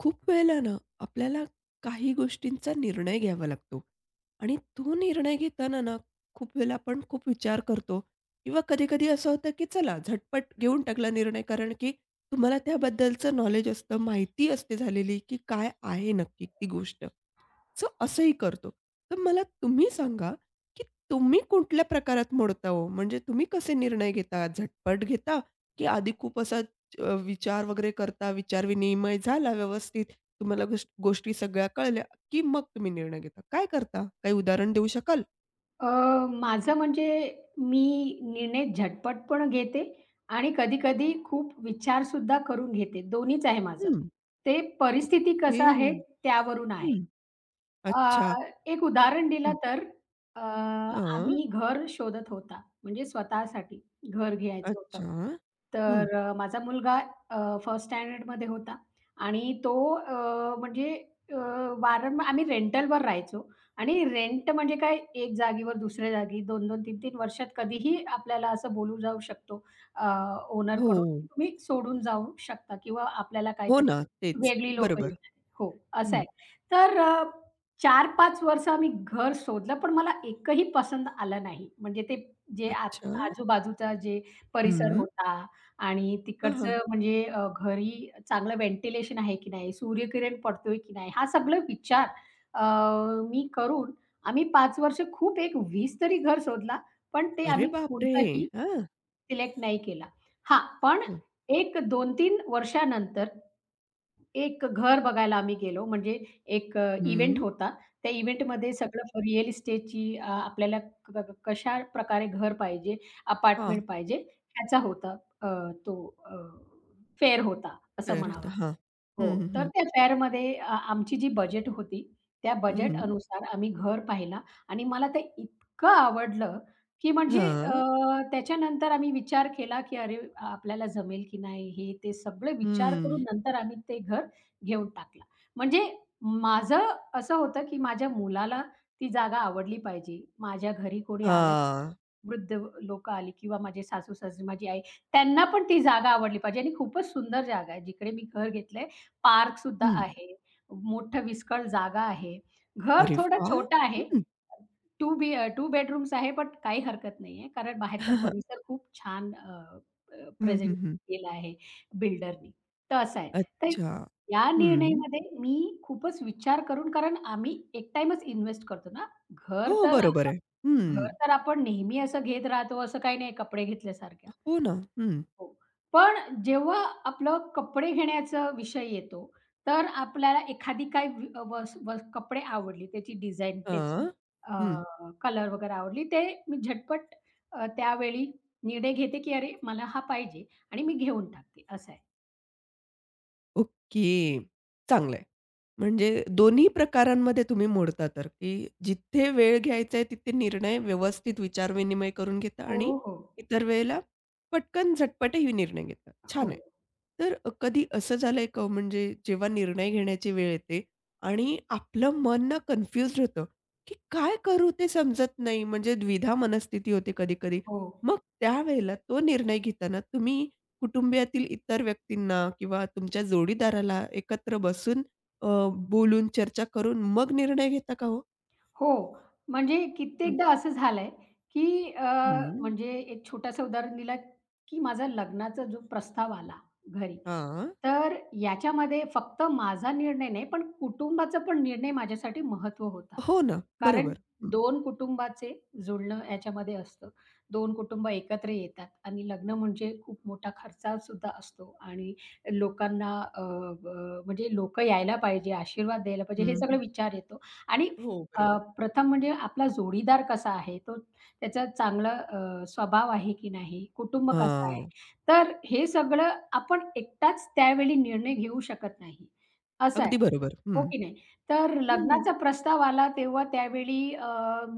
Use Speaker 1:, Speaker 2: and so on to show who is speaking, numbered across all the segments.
Speaker 1: खूप वेळेला ना आपल्याला काही गोष्टींचा निर्णय घ्यावा लागतो आणि तो निर्णय घेताना ना खूप वेळेला आपण खूप विचार करतो किंवा कधी-कधी असं होतं की चला झटपट घेऊन टाकला निर्णय कारण की तुम्हाला त्याबद्दलचं नॉलेज असतं, माहिती असते झालेली की काय आहे नक्की ती गोष्ट. सो असंही करतो. तर मला तुम्ही सांगा की तुम्ही कुठल्या प्रकारात मोडता हो? म्हणजे तुम्ही कसे निर्णय घेता? झटपट घेता की आधी खूप असा विचार वगैरे करता, विचार विनिमय झाला व्यवस्थित, तुम्हाला गोष्टी सगळ्या कळल्या, की मग तुम्ही निर्णय घेता. काय करता? काही उदाहरण देऊ शकाल?
Speaker 2: अ, माझं म्हणजे मी निर्णय झटपट पण घेते आणि कधी-कधी खूप विचारसुद्धा करून घेते. दोन्हीच आहे माझं.
Speaker 1: हं.
Speaker 2: ते परिस्थिती
Speaker 1: ओके.
Speaker 2: कसं आहे त्यावरून आहे.
Speaker 1: हं.
Speaker 2: अ,
Speaker 1: अच्छा.
Speaker 2: एक उदाहरण दिलं
Speaker 1: हं.
Speaker 2: तर आम्ही
Speaker 1: हां.
Speaker 2: घर शोधत होता म्हणजे स्वतःसाठी घर घ्यायचं होतं.
Speaker 1: अच्छा. हं.
Speaker 2: तर माझा मुलगा फर्स्ट स्टँडर्डमध्ये होता आणि तो म्हणजे अ, वारंवार आम्ही रेंटलवर राहायचो आणि रेंट म्हणजे काय, एक जागेवर दुसऱ्या जागी दोन 2 3-3 वर्षात कधीही आपल्याला असं बोलू जाऊ शकतो अ,
Speaker 1: हो.
Speaker 2: ओनरकडून, की तुम्ही सोडून जाऊ शकता किंवा आपल्याला
Speaker 1: हो
Speaker 2: काहीतरी
Speaker 1: ना. तेच.
Speaker 2: वेगळी लोकं
Speaker 1: बरोबर.
Speaker 2: येणार. हो, असं
Speaker 1: हं.
Speaker 2: आहे. तर 4-5 वर्ष आम्ही घर शोधलं, पण मला एकही पसंत आलं नाही. म्हणजे ते जे आ
Speaker 1: अच्छा.
Speaker 2: आजूबाजूचा जे परिसर
Speaker 1: हं.
Speaker 2: होता आणि
Speaker 1: हां, हां.
Speaker 2: तिकडचं म्हणजे घरी चांगलं व्हेंटिलेशन आहे की नाही, सूर्यकिरण पडतोय की नाही, हा सगळा विचार अ, मी करून आम्ही पाच वर्ष खूप एक 20 तरी घर शोधला, पण ते
Speaker 1: अरे
Speaker 2: आम्ही
Speaker 1: बापरे!
Speaker 2: कोणताही
Speaker 1: हां.
Speaker 2: सिलेक्ट नाही केला. हां, पण
Speaker 1: हं.
Speaker 2: एक 2-3 वर्षानंतर एक घर बघायला आम्ही गेलो. म्हणजे एक इव्हेंट
Speaker 1: हं.
Speaker 2: होता. त्या इव्हेंटमध्ये सगळं रिअल इस्टेटची आपल्याला क क कशा प्रकारे घर पाहिजे,
Speaker 1: हां.
Speaker 2: अपार्टमेंट पाहिजे ह्याचा होता अ, तो फेअर होता असं
Speaker 1: तर
Speaker 2: म्हणावा.
Speaker 1: हां.
Speaker 2: हो.
Speaker 1: हं, हं,
Speaker 2: तर
Speaker 1: हं.
Speaker 2: त्या फेअरमध्ये आमची जी बजेट होती, त्या बजेट
Speaker 1: हं.
Speaker 2: अनुसार आम्ही घर पाहिला आणि मला ते इतकं आवडलं, की म्हणजे
Speaker 1: हां.
Speaker 2: त्याच्यानंतर आम्ही विचार केला, की अरे आपल्याला जमेल की नाही हे ते सगळे विचार
Speaker 1: हं.
Speaker 2: करून नंतर आम्ही ते घर घेऊन टाकलं. म्हणजे माझं असं होतं, की माझ्या मुलाला ती जागा आवडली पाहिजे. माझ्या घरी कोणी आलं,
Speaker 1: हां.
Speaker 2: वृद्ध लोकं आली किंवा माझे सासू-सासरे, माझी आई, त्यांना पण ती जागा आवडली पाहिजे आणि खूपच सुंदर जागा आहे. जिकडे मी घर घेतलंय, पार्क सुद्धा
Speaker 1: हं.
Speaker 2: आहे. मोठं विस्कळ जागा आहे. घर
Speaker 1: अरे
Speaker 2: थोडं
Speaker 1: वाह!
Speaker 2: छोटं आहे.
Speaker 1: हं.
Speaker 2: टू बी बेडरूम्स आहे, पण काही हरकत नाहीये. कारण बाहेरचा
Speaker 1: हां, हां.
Speaker 2: परिसर खूप छान
Speaker 1: हं,
Speaker 2: प्रेझेंट
Speaker 1: हं, हं.
Speaker 2: केला आहे बिल्डरनी. तर असं आहे. तर
Speaker 1: अच्छा.
Speaker 2: या
Speaker 1: हं.
Speaker 2: निर्णयामध्ये मी खूपच विचार करून, कारण आम्ही एक टाईमच इन्व्हेस्ट करतो ना. घर
Speaker 1: हो,
Speaker 2: तर
Speaker 1: बरोबर आहे.
Speaker 2: घर
Speaker 1: हं.
Speaker 2: तर आपण नेहमी असं घेत राहतो, असं काही नाही कपडे घेतल्यासारख्या.
Speaker 1: हो ना. हं.
Speaker 2: हो. पण जेव्हा आपलं कपडे घेण्याचा विषय येतो, तर आपल्याला एखादी काही वी वस वस कपडे आवडली, त्याची डिझाइन, त्याची
Speaker 1: हां. हं.
Speaker 2: कलर वगैरे आवडली, ते मी झटपट त्यावेळी निर्णय घेते, की "अरे, मला हा पाहिजे" आणि मी घेऊन टाकते, असं आहे.
Speaker 1: ओके. चांगलं आहे. म्हणजे दोन्ही प्रकारांमध्ये तुम्ही मोडता तर, की जिथे वेळ घ्यायचा आहे तिथे निर्णय व्यवस्थित विचार-विनिमय करून घेता
Speaker 2: हो,
Speaker 1: आणि
Speaker 2: हो.
Speaker 1: इतर वेळेला पटकन झटपटही निर्णय घेता. छान
Speaker 2: हो,
Speaker 1: आहे. तर कधी असं झालंय का हो म्हणजे जेव्हा निर्णय घेण्याची वेळ येते आणि आपलं मन ना कन्फ्यूज्ड होतं, की काय करू ते समजत नाही म्हणजे द्विधा मनस्थिती होते कधी-कधी.
Speaker 2: हो.
Speaker 1: मग त्यावेळेला तो निर्णय घेताना तुम्ही कुटुंबियातील इतर व्यक्तींना किंवा तुमच्या जोडीदाराला एकत्र बसून अ, बोलून, चर्चा करून मग निर्णय घेता का हो?
Speaker 2: हो. म्हणजे
Speaker 1: हं.
Speaker 2: कित्येकदा असं झालंय, की
Speaker 1: हं.
Speaker 2: म्हणजे एक छोटंसं उदाहरण दिलं, की माझा लग्नाचा जो प्रस्ताव आला घरी,
Speaker 1: हां.
Speaker 2: तर याच्यामध्ये फक्त माझा निर्णय नाही, पण कुटुंबाचा पण निर्णय माझ्यासाठी महत्त्व होता.
Speaker 1: हो ना.
Speaker 2: कारण
Speaker 1: बरोबर. हं.
Speaker 2: दोन कुटुंबाचे जुळणं याच्यामध्ये असतं. 2 कुटुंब एकत्र येतात आणि लग्न म्हणजे खूप मोठा खर्चासुद्धा असतो आणि लोकांना अ, अ, म्हणजे लोकं यायला पाहिजे, आशीर्वाद द्यायला पाहिजे, हे
Speaker 1: हं.
Speaker 2: सगळं विचार येतो आणि
Speaker 1: हो, बरोबर.
Speaker 2: प्रथम म्हणजे आपला जोडीदार कसा आहे, त्याचा चांगला स्वभाव आहे की नाही, कुटुंब कसं आहे.
Speaker 1: हां.
Speaker 2: तर हे सगळं आपण एकटाच त्यावेळी निर्णय घेऊ शकत नाही, असं आहे.
Speaker 1: अगदी बरोबर.
Speaker 2: हो
Speaker 1: हं.
Speaker 2: की नाही? तर
Speaker 1: हं.
Speaker 2: लग्नाचा प्रस्ताव आला तेव्हा त्यावेळी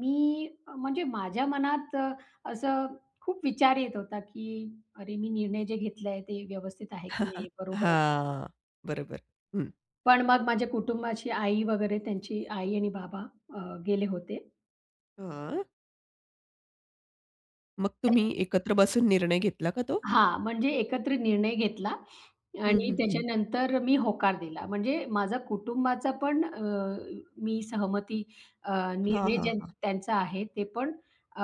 Speaker 2: मी म्हणजे माझ्या मनात असं खूप विचार येत होता, की अरे मी निर्णय जे घेतलाय ते व्यवस्थित आहे की नाही, बरोबर आहे.
Speaker 1: हां. बरोबर. हं.
Speaker 2: पण मग माझ्या कुटुंबाची आई वगैरे त्यांची आई आणि बाबा अ, गेले होते.
Speaker 1: हां. मग तुम्ही एकत्र बसून निर्णय घेतला का तो?
Speaker 2: हां, म्हणजे एकत्रित निर्णय घेतला
Speaker 1: हं,
Speaker 2: आणि
Speaker 1: हं, हं.
Speaker 2: त्याच्यानंतर मी होकार दिला. म्हणजे माझा कुटुंबाचा पण मी सहमती अ,
Speaker 1: हां,
Speaker 2: निर्णय
Speaker 1: हां,
Speaker 2: ज्या
Speaker 1: हां.
Speaker 2: त्यांचा आहे ते पण अ,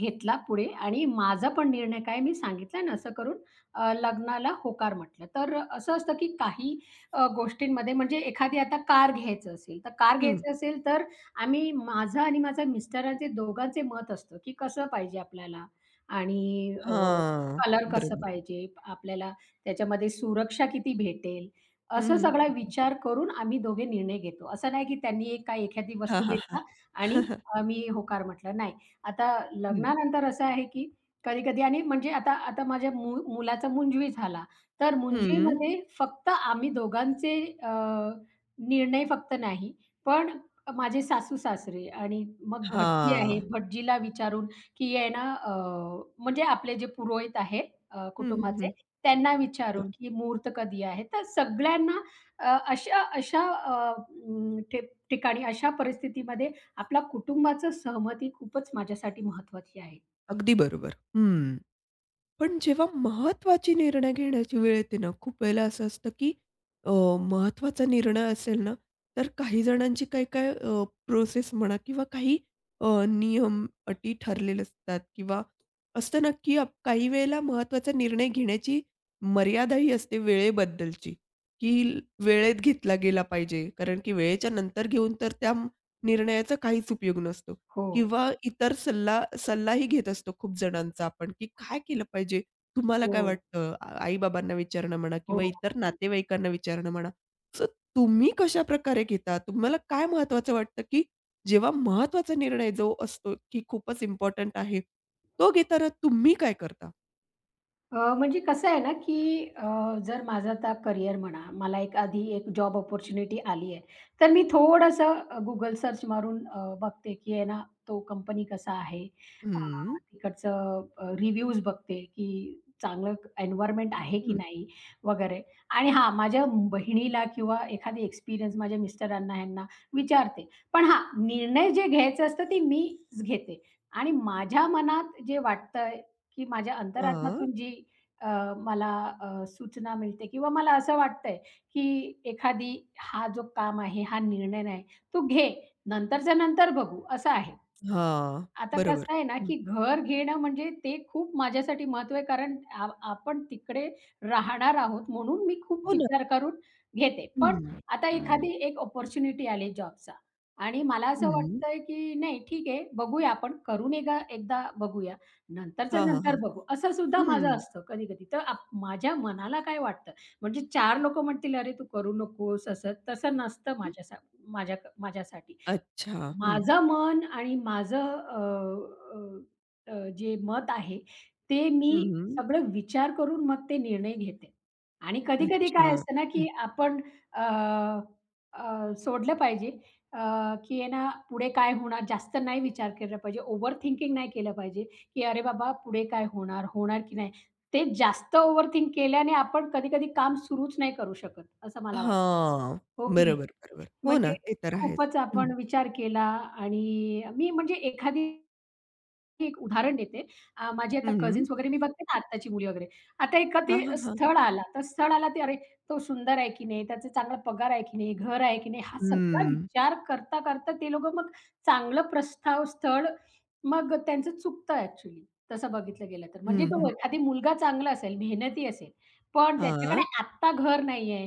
Speaker 2: घेतला पुढे आणि माझा पण निर्णय काय मी सांगितला आणि असं करून लग्नाला होकार म्हटलं. तर असं असतं की काही गोष्टींमध्ये म्हणजे एखादी आता कार घ्यायचं असेल, तर कार
Speaker 1: हं.
Speaker 2: घ्यायचं असेल तर आम्ही माझं आणि माझ्या मिस्टरांचे दोघांचे मत असतं की कसं पाहिजे आपल्याला आणि
Speaker 1: हां.
Speaker 2: कलर कसं
Speaker 1: बरोबर.
Speaker 2: पाहिजे? आपल्याला त्याच्यामध्ये सुरक्षा किती भेटेल?
Speaker 1: हं,
Speaker 2: असं
Speaker 1: हं,
Speaker 2: सगळा
Speaker 1: हं, हं.
Speaker 2: विचार करून आम्ही दोघे निर्णय घेतो. असं नाही की त्यांनी एक काय एखादी
Speaker 1: हां,
Speaker 2: वस्तू
Speaker 1: हां, हां.
Speaker 2: घेतला आणि मी होकार म्हटलं. नाही. आता
Speaker 1: हं.
Speaker 2: लग्नानंतर असं आहे, की कधी-कधी आणि म्हणजे आता आता माझ्या मुलाचा मुंजवी झाला. तर
Speaker 1: हं.
Speaker 2: मुंजवीमध्ये फक्त आम्ही दोघांचे अ, निर्णय फक्त नाही, पण माझे सासू-सासरे आणि मग भटजी आहे.
Speaker 1: हां.
Speaker 2: भटजीला विचारून की आहे ना, म्हणजे आपले जे पुरोहित आहेत, अ, हं.
Speaker 1: हं, हं,
Speaker 2: कुटुंबाचे,
Speaker 1: हं.
Speaker 2: त्यांना विचारून की मुहूर्त कधी आहे? तर सगळ्यांना अशा अशा ठिकाणी अशा परिस्थितीमध्ये आपला कुटुंबाचं सहमती खूपच माझ्यासाठी महत्त्वाची आहे.
Speaker 1: अगदी बरोबर. हं. पण जेव्हा महत्त्वाची निर्णय घेण्याची वेळ येते ना, खूप वेळेला असं असतं, की अ, महत्त्वाचा निर्णय असेल ना, तर काही जणांची काय-काय प्रोसेस म्हणा किंवा काही नियम, अटी ठरलेले असतात किंवा असतं ना, की आप काही वेळेला महत्त्वाचा निर्णय घेण्याची मर्यादाही असते वेळेबद्दलची, की वेळेत घेतला गेला पाहिजे. कारण की वेळेच्या नंतर घेऊन तर त्या निर्णयाचा काहीच उपयोग नसतो.
Speaker 2: हो,
Speaker 1: किंवा इतर सल्लाही घेत असतो खूप जणांचा आपण, की काय केलं पाहिजे? तुम्हाला
Speaker 2: हो,
Speaker 1: काय वाटतं? आई-बाबांना विचारणं म्हणा
Speaker 2: हो,
Speaker 1: किंवा इतर
Speaker 2: हो.
Speaker 1: नातेवाईकांना विचारणं म्हणा. सो तुम्ही कशाप्रकारे घेता? तुम्हाला काय महत्त्वाचं वाटतं, की जेव्हा महत्त्वाचा निर्णय जो असतो, की खूपच इम्पोर्टंट आहे, तो घेताना तुम्ही काय करता?
Speaker 2: म्हणजे कसं आहे ना, की जर माझं आता करिअर म्हणा, मला एक आधी एक जॉब अपॉर्च्युनिटी आली आहे, तर मी थोडंसं Google सर्च मारून बघते, की आहे ना, तो कंपनी कसा आहे. अ,
Speaker 1: हं,
Speaker 2: तिकडचं रिव्ह्यूज बघते, की चांगलं एन्व्हायर्नमेंट आहे की
Speaker 1: हं.
Speaker 2: नाही वगैरे. आणि हां, माझ्या बहिणीला किंवा एखादी एक्सपिरियन्स माझ्या मिस्टरांना, ह्यांना विचारते. पण हां, निर्णय जे घ्यायचे असतं ते मीच घेते आणि माझ्या मनात जे वाटतं, की माझ्या
Speaker 1: हां,
Speaker 2: अंतरात्म्यातून जी मला सूचना मिळते किंवा मला असं वाटतंय, की एखादी हा जो काम आहे, हा निर्णय नाही, तू घे. नंतरच्या नंतर बघू, असं आहे.
Speaker 1: हां.
Speaker 2: आता
Speaker 1: बरोबर.
Speaker 2: कसं आहे ना,
Speaker 1: हं.
Speaker 2: की घर घेणं म्हणजे ते खूप माझ्यासाठी महत्त्व आहे, कारण आपण तिकडे राहणार आहोत, म्हणून मी खूप
Speaker 1: हो ना.
Speaker 2: विचार करून घेते. हं. पण
Speaker 1: हं.
Speaker 2: आता एखादी एक अपॉर्च्युनिटी आली जॉबचा आणि मला असं
Speaker 1: हं.
Speaker 2: वाटतंय, की नाही ठीक आहे, बघूया आपण करून एका एकदा बघूया. नंतरचं
Speaker 1: हां, हां,
Speaker 2: नंतर
Speaker 1: हां.
Speaker 2: बघू. असं सुद्धा माझं
Speaker 1: हं.
Speaker 2: असतं कधी-कधी. तर माझ्या मनाला काय वाटतं म्हणजे 4 लोकं म्हणतील, "अरे, तू करू नकोस," असं तसं नसतं माझ्यासाठी.
Speaker 1: अच्छा. हं.
Speaker 2: माझं मन आणि माझं अ, अ, अ, जे मत आहे, ते
Speaker 1: हं,
Speaker 2: मी
Speaker 1: हं.
Speaker 2: सगळं विचार करून मग ते निर्णय घेते. आणि कधी-कधी
Speaker 1: अच्छा.
Speaker 2: काय असतं ना, की
Speaker 1: हं.
Speaker 2: आपण अ, अ, सोडलं पाहिजे, अ, की आहे ना, पुढे काय होणार जास्त नाही विचार केला पाहिजे. ओव्हर थिंकिंग नाही केलं पाहिजे, की "अरे बाबा, पुढे काय होणार? होणार की नाही?" ते जास्त ओव्हर थिंक केल्याने आपण कधी-कधी काम सुरूच नाही करू शकत, असं मला वाटतं.
Speaker 1: हां.
Speaker 2: हो की नाही?
Speaker 1: बरोबर, बरोबर. हो ना,
Speaker 2: म्हणजे
Speaker 1: ते तर आहेच.
Speaker 2: खूपच
Speaker 1: हं.
Speaker 2: आपण विचार केला आणि मी म्हणजे एखादी मी एक उदाहरण देते. माझी आता
Speaker 1: हं.
Speaker 2: कझिन्स वगैरे मी बघते ना आत्ताची मुली वगैरे. आता एका ते
Speaker 1: हां, हां, हां.
Speaker 2: स्थळ आला, तर स्थळ आला ते अरे, तो सुंदर आहे की नाही? त्याचा चांगला पगार आहे की नाही? घर आहे की नाही? हा सगळा
Speaker 1: हं.
Speaker 2: विचार करता, करता ते लोकं मग चांगलं प्रस्ताव, स्थळ मग त्यांचं चुकतं ॲक्चुअली तसं बघितलं गेलं तर. म्हणजे
Speaker 1: हं,
Speaker 2: तो
Speaker 1: हं.
Speaker 2: एखादी मुलगा चांगला असेल, मेहनती असेल, पण त्याच्याकडे
Speaker 1: हां.
Speaker 2: आत्ता घर नाहीये.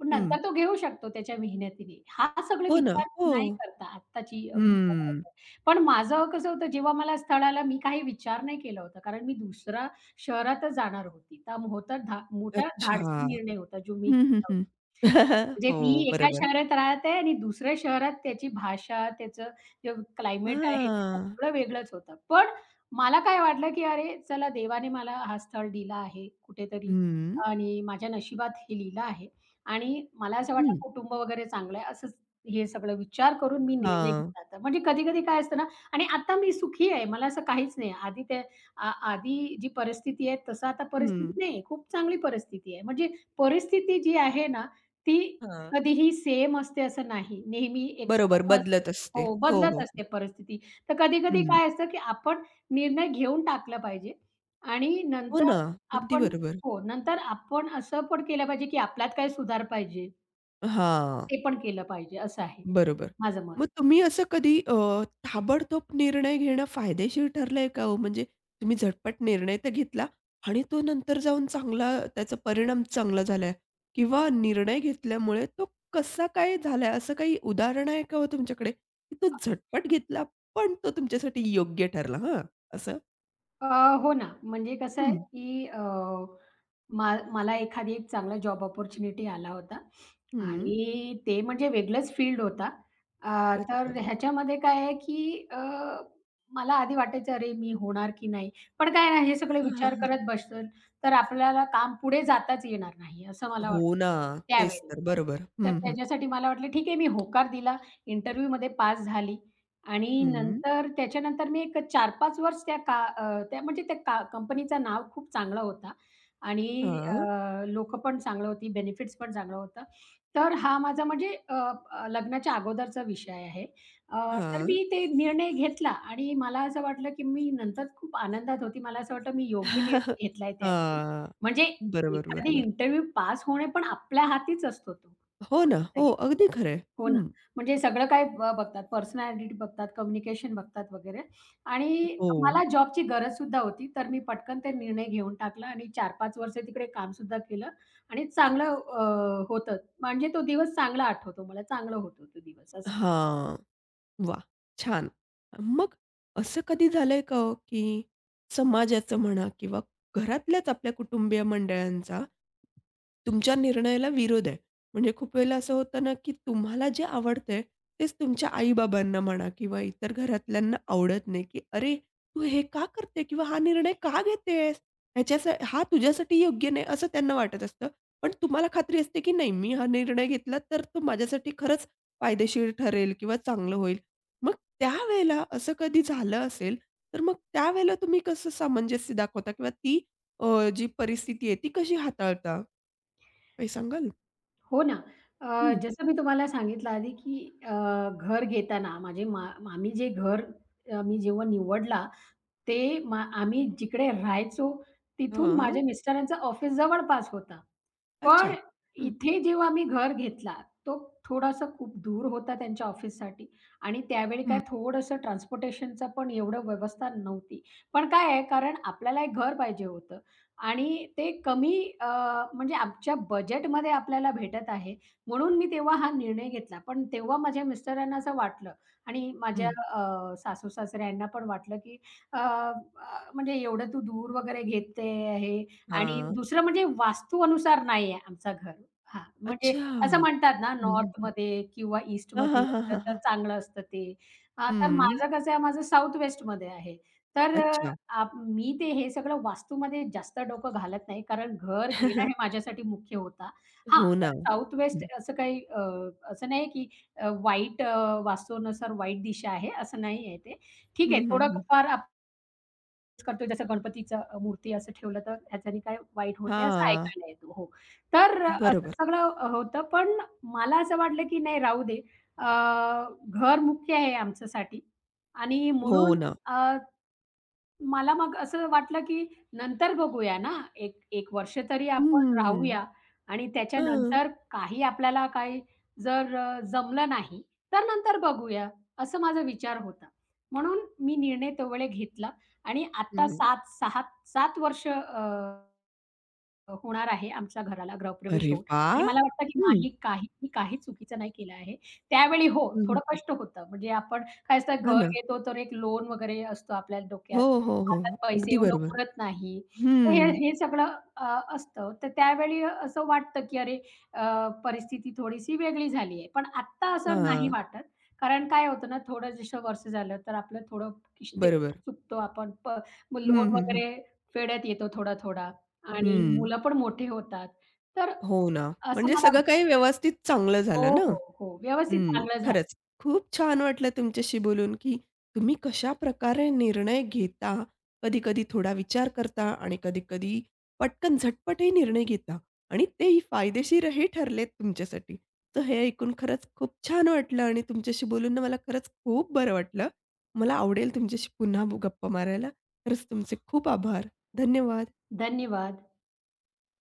Speaker 2: पण
Speaker 1: हं.
Speaker 2: नंतर तो घेऊ शकतो त्याच्या मेहनतीने. हा सगळे
Speaker 1: हो ना.
Speaker 2: विचार
Speaker 1: हो.
Speaker 2: नाही करता आत्ताची मुलं.
Speaker 1: हं.
Speaker 2: पण माझं कसं होतं जेव्हा मला स्थळाला मी काही विचार नाही केला होता. कारण मी दुसऱ्या शहरातच जाणार होती. तर होतं मोठा
Speaker 1: अच्छा.
Speaker 2: धाडसी निर्णय होता जो मी
Speaker 1: हं, हं,
Speaker 2: घेतला होता.
Speaker 1: हं.
Speaker 2: म्हणजे
Speaker 1: हो,
Speaker 2: मी एका
Speaker 1: बरोबर.
Speaker 2: शहरात राहते आणि दुसऱ्या शहरात त्याची भाषा, त्याचं जे क्लायमेट आहे, ते
Speaker 1: हां.
Speaker 2: सगळं वेगळंच होतं. पण मला काय वाटलं, की अरे चला देवाने मला हा स्थळ दिला आहे कुठेतरी
Speaker 1: हं.
Speaker 2: आणि माझ्या नशिबात हे लिहिलं आहे आणि मला असं वाटलं
Speaker 1: हं.
Speaker 2: कुटुंब वगैरे चांगलं आहे. असंच हे सगळं विचार करून मी निर्णय
Speaker 1: हां.
Speaker 2: घेतला होता. म्हणजे कधी-कधी काय असतं ना, आणि आता मी सुखी आहे. मला असं काहीच नाही. आधी ते आधी जी परिस्थिती आहे तसं आता
Speaker 1: हं.
Speaker 2: परिस्थिती नाही, खूप चांगली परिस्थिती आहे. म्हणजे परिस्थिती जी आहे ना, ती
Speaker 1: हां.
Speaker 2: कधीही सेम असते असं नाही. नेहमी
Speaker 1: बरोबर
Speaker 2: एकसारखं असते.
Speaker 1: बदलत असते.
Speaker 2: हो,
Speaker 1: हो, हो,
Speaker 2: बदलत
Speaker 1: हो.
Speaker 2: असते परिस्थिती. तर कधी-कधी
Speaker 1: हं.
Speaker 2: काय असतं, की आपण निर्णय घेऊन टाकला पाहिजे आणि
Speaker 1: हो
Speaker 2: नंतर
Speaker 1: ना, अगदी
Speaker 2: आपण
Speaker 1: बरोबर.
Speaker 2: हो, नंतर आपण असं पण केलं पाहिजे, की आपल्यात काही सुधार पाहिजे.
Speaker 1: हां.
Speaker 2: ते पण केलं पाहिजे असं आहे
Speaker 1: बरोबर.
Speaker 2: माझं मत.
Speaker 1: मग तुम्ही असं कधी ताबडतोब निर्णय घेणं फायदेशीर ठरलंय का हो? म्हणजे तुम्ही झटपट निर्णय तर घेतला आणि तो नंतर जाऊन चांगला त्याचा परिणाम चांगला झालाय किंवा निर्णय घेतल्यामुळे तो कसा काय झालाय, असं काही उदाहरण आहे का हो तुमच्याकडे? की तो झटपट घेतला, पण तो तुमच्यासाठी योग्य ठरला हां, असं?
Speaker 2: अ, हो ना. म्हणजे कसं
Speaker 1: हं,
Speaker 2: आहे, की मला एखादी एक चांगला जॉब अपॉर्च्युनिटी आला होता
Speaker 1: हं.
Speaker 2: आणि ते म्हणजे वेगळंच फील्ड होता. अ, तर
Speaker 1: अच्छा.
Speaker 2: ह्याच्यामध्ये काय आहे, की मला आधी वाटायचं, "अरे, मी होणार की नाही?" पण काय ना, हे सगळे
Speaker 1: हां, हां,
Speaker 2: विचार
Speaker 1: हां.
Speaker 2: करत बसलं, तर आपल्याला काम पुढे जाताच येणार नाही, असं मला
Speaker 1: हो
Speaker 2: वाटतं.
Speaker 1: ना. तेच
Speaker 2: त्यावेळी.
Speaker 1: तर. बरोबर.
Speaker 2: तर
Speaker 1: हं, हं.
Speaker 2: त्याच्यासाठी मला वाटलं ठीक आहे, मी होकार दिला. इंटरव्ह्यूमध्ये पास झाली आणि
Speaker 1: हं.
Speaker 2: नंतर त्याच्यानंतर मी एक 4-5 वर्ष त्या का त्या म्हणजे त्या का कंपनीचं नाव खूप चांगला होता आणि
Speaker 1: हां,
Speaker 2: लोकं पण चांगलं होती, बेनिफिट्स पण चांगलं होतं. तर हा माझा म्हणजे अ, अ, लग्नाच्या अगोदरचा विषय आहे. अ, तर
Speaker 1: हां.
Speaker 2: मी ते निर्णय घेतला आणि मला असं वाटलं, की मी नंतर खूप आनंदात होती. मला असं वाटलं मी योग्य निर्णय घेतलाय त्यावेळी.
Speaker 1: हां.
Speaker 2: म्हणजे
Speaker 1: बरोबर,
Speaker 2: एखादी
Speaker 1: बरोबर.
Speaker 2: इंटरव्ह्यू पास होणे पण आपल्या हातीच असतो तो.
Speaker 1: हो ना.
Speaker 2: बघितलं
Speaker 1: हो,
Speaker 2: गेलं.
Speaker 1: अगदी खरं आहे.
Speaker 2: हो ना. म्हणजे सगळं काही बघतात, पर्सनॅलिटी बघतात, कम्युनिकेशन बघतात वगैरे आणि
Speaker 1: हो.
Speaker 2: मला जॉबची गरजसुद्धा होती, तर मी पटकन ते निर्णय घेऊन टाकला आणि 4-5 वर्ष तिकडे कामसुद्धा केलं आणि चांगलं होतं. म्हणजे तो दिवस चांगला आठवतो मला, चांगलं होतं तो दिवस असं.
Speaker 1: हां. वाह! छान. मग असं कधी झालंय का हो, की समाजाचं म्हणा किंवा घरातल्याच आपल्या कुटुंबीय मंडळांचा तुमच्या निर्णयाला विरोध आहे? म्हणजे खूप वेळेला असं होतं ना, की तुम्हाला जे आवडतंय तेच तुमच्या आई-बाबांना म्हणा किंवा इतर घरातल्यांना आवडत नाही, की "अरे, तू हे का करते? किंवा हा निर्णय का घेतेस? हा तुझ्यासाठी योग्य नाही," असं त्यांना वाटत असतं. पण तुम्हाला खात्री असते, की नाही मी हा निर्णय घेतला तर तो माझ्यासाठी खरंच फायदेशीर ठरेल किंवा चांगलं होईल. मग त्यावेळेला असं कधी झालं असेल, तर मग त्यावेळेला तुम्ही कसं सामंजस्य दाखवता किंवा ती अ, जी परिस्थिती आहे ती कशी हाताळता? काही सांगाल?
Speaker 2: हो ना.
Speaker 1: हं.
Speaker 2: जसं मी तुम्हाला सांगितलं आधी, की घर घेताना माझे मा आम्ही जे घर मी जेव्हा निवडला, ते आम्ही जिकडे राहायचो, तिथून
Speaker 1: हां.
Speaker 2: माझ्या मिस्टरांचं ऑफिस जवळपास होता, पण
Speaker 1: अच्छा. हं.
Speaker 2: इथे जेव्हा आम्ही घर घेतला, तो थोडासा खूप दूर होता त्यांच्या ऑफिससाठी आणि त्यावेळी
Speaker 1: हं.
Speaker 2: काय थोडंसं ट्रान्सपोर्टेशनचं पण एवढं व्यवस्था नव्हती. पण काय आहे, कारण आपल्याला एक घर पाहिजे होतं आणि ते कमी अ, म्हणजे आमच्या बजेटमध्ये आपल्याला भेटत आहे, म्हणून मी तेव्हा हा निर्णय घेतला. पण तेव्हा माझ्या मिस्टरांना असं वाटलं आणि माझ्या
Speaker 1: हं.
Speaker 2: सासू-सासरे यांना पण वाटलं, की अ, अ, म्हणजे एवढं तू दूर वगैरे घेते आहे आणि
Speaker 1: हां.
Speaker 2: दुसरं म्हणजे वास्तूनुसार नाही आहे आमचं घर. हां, म्हणजे
Speaker 1: अच्छा.
Speaker 2: असं म्हणतात ना
Speaker 1: हं.
Speaker 2: नॉर्थमध्ये किंवा
Speaker 1: हां,
Speaker 2: ईस्टमध्ये
Speaker 1: हां, हां, हां,
Speaker 2: तर
Speaker 1: हां.
Speaker 2: चांगलं असतं ते. तर
Speaker 1: हं.
Speaker 2: माझं कसं आहे, माझं साउथ वेस्टमध्ये आहे. तर अ,
Speaker 1: अच्छा.
Speaker 2: आप मी ते हे सगळं वास्तूमध्ये जास्त डोकं घालत नाही, कारण घर घेणं हे माझ्यासाठी मुख्य होता. हां,
Speaker 1: हो ना.
Speaker 2: पण साउथ वेस्ट
Speaker 1: हं.
Speaker 2: असं काही असं नाही की वाईट वास्तूनुसार वाईट दिशा आहे, असं नाही आहे ते.
Speaker 1: हं,
Speaker 2: ठीक आहे,
Speaker 1: हं, हं.
Speaker 2: थोडंफार आपण करतो जसं गणपतीचं मूर्ती असं ठेवलं तर ह्याच्याने काय वाईट होते असं
Speaker 1: हां.
Speaker 2: ऐकायला येतो. हो, तर असं
Speaker 1: बरोबर.
Speaker 2: सगळं होतं, पण मला असं वाटलं की नाही, राहू दे. अ, घर मुख्य आहे आमच्यासाठी आणि
Speaker 1: हो
Speaker 2: म्हणून
Speaker 1: ना.
Speaker 2: अ, मला मग असं वाटलं, की नंतर बघूया ना, एक 1 वर्ष तरी आपण
Speaker 1: हं.
Speaker 2: राहूया आणि
Speaker 1: हं.
Speaker 2: त्याच्यानंतर काही आपल्याला काही जर जमलं नाही, तर नंतर बघूया, असं माझा विचार होता. म्हणून मी निर्णय त्यावेळी घेतला आणि आत्ता
Speaker 1: हं.
Speaker 2: 7, 6, 7 वर्ष अ अ, होणार आहे आमच्या घराला गृहप्रवेश
Speaker 1: अरे
Speaker 2: होऊन आणि
Speaker 1: वाह!
Speaker 2: मला वाटतं की
Speaker 1: हं.
Speaker 2: नाही, काही मी काही चुकीचं नाही केलं आहे. त्यावेळी हो,
Speaker 1: हं,
Speaker 2: थोडं
Speaker 1: हं.
Speaker 2: कष्ट होतं. म्हणजे आपण काय असतं,
Speaker 1: हां
Speaker 2: घर
Speaker 1: ना.
Speaker 2: घेतो तर एक लोन वगैरे असतो आपल्या
Speaker 1: हो,
Speaker 2: डोक्यात.
Speaker 1: हो, हो.
Speaker 2: हातात पैसे
Speaker 1: अगदी
Speaker 2: एवढं
Speaker 1: बरोबर.
Speaker 2: उरत नाही. तर हे
Speaker 1: हं.
Speaker 2: हे सगळं असतं. तर त्यावेळी असं वाटतं की अरे परिस्थिती थोडीशी वेगळी झाली आहे. पण आत्ता असं नाही
Speaker 1: हां,
Speaker 2: वाटत. कारण काय होतं ना, थोडं जसं वर्ष झालं तर आपलं थोडं किस्ते
Speaker 1: बरोबर.
Speaker 2: चुकतो आपण.
Speaker 1: हं,
Speaker 2: लोन
Speaker 1: हं, हं.
Speaker 2: वगैरे फेडत येतो थोडा-थोडा. आणि
Speaker 1: हं.
Speaker 2: मुलं पण मोठे होतात. तर
Speaker 1: हो ना.
Speaker 2: असं
Speaker 1: म्हणजे
Speaker 2: मला
Speaker 1: सगळं काही व्यवस्थित चांगलं
Speaker 2: हो,
Speaker 1: झालं ना?
Speaker 2: हो, हो. व्यवस्थित
Speaker 1: हं,
Speaker 2: चांगलं झालं.
Speaker 1: खरंच. खूप छान वाटलं तुमच्याशी बोलून, की तुम्ही कशा प्रकारे निर्णय घेता. कधी-कधी थोडा विचार करता आणि कधी-कधी पटकन झटपटही निर्णय घेता आणि तेही फायदेशीरही ठरलेत तुमच्यासाठी. तर हे ऐकून खरंच खूप छान वाटलं आणि तुमच्याशी बोलून ना मला खरंच खूप बरं वाटलं. मला आवडेल तुमच्याशी पुन्हा गप्पा मारायला. खरंच तुमचे खूप आभार. धन्यवाद.
Speaker 2: धन्यवाद.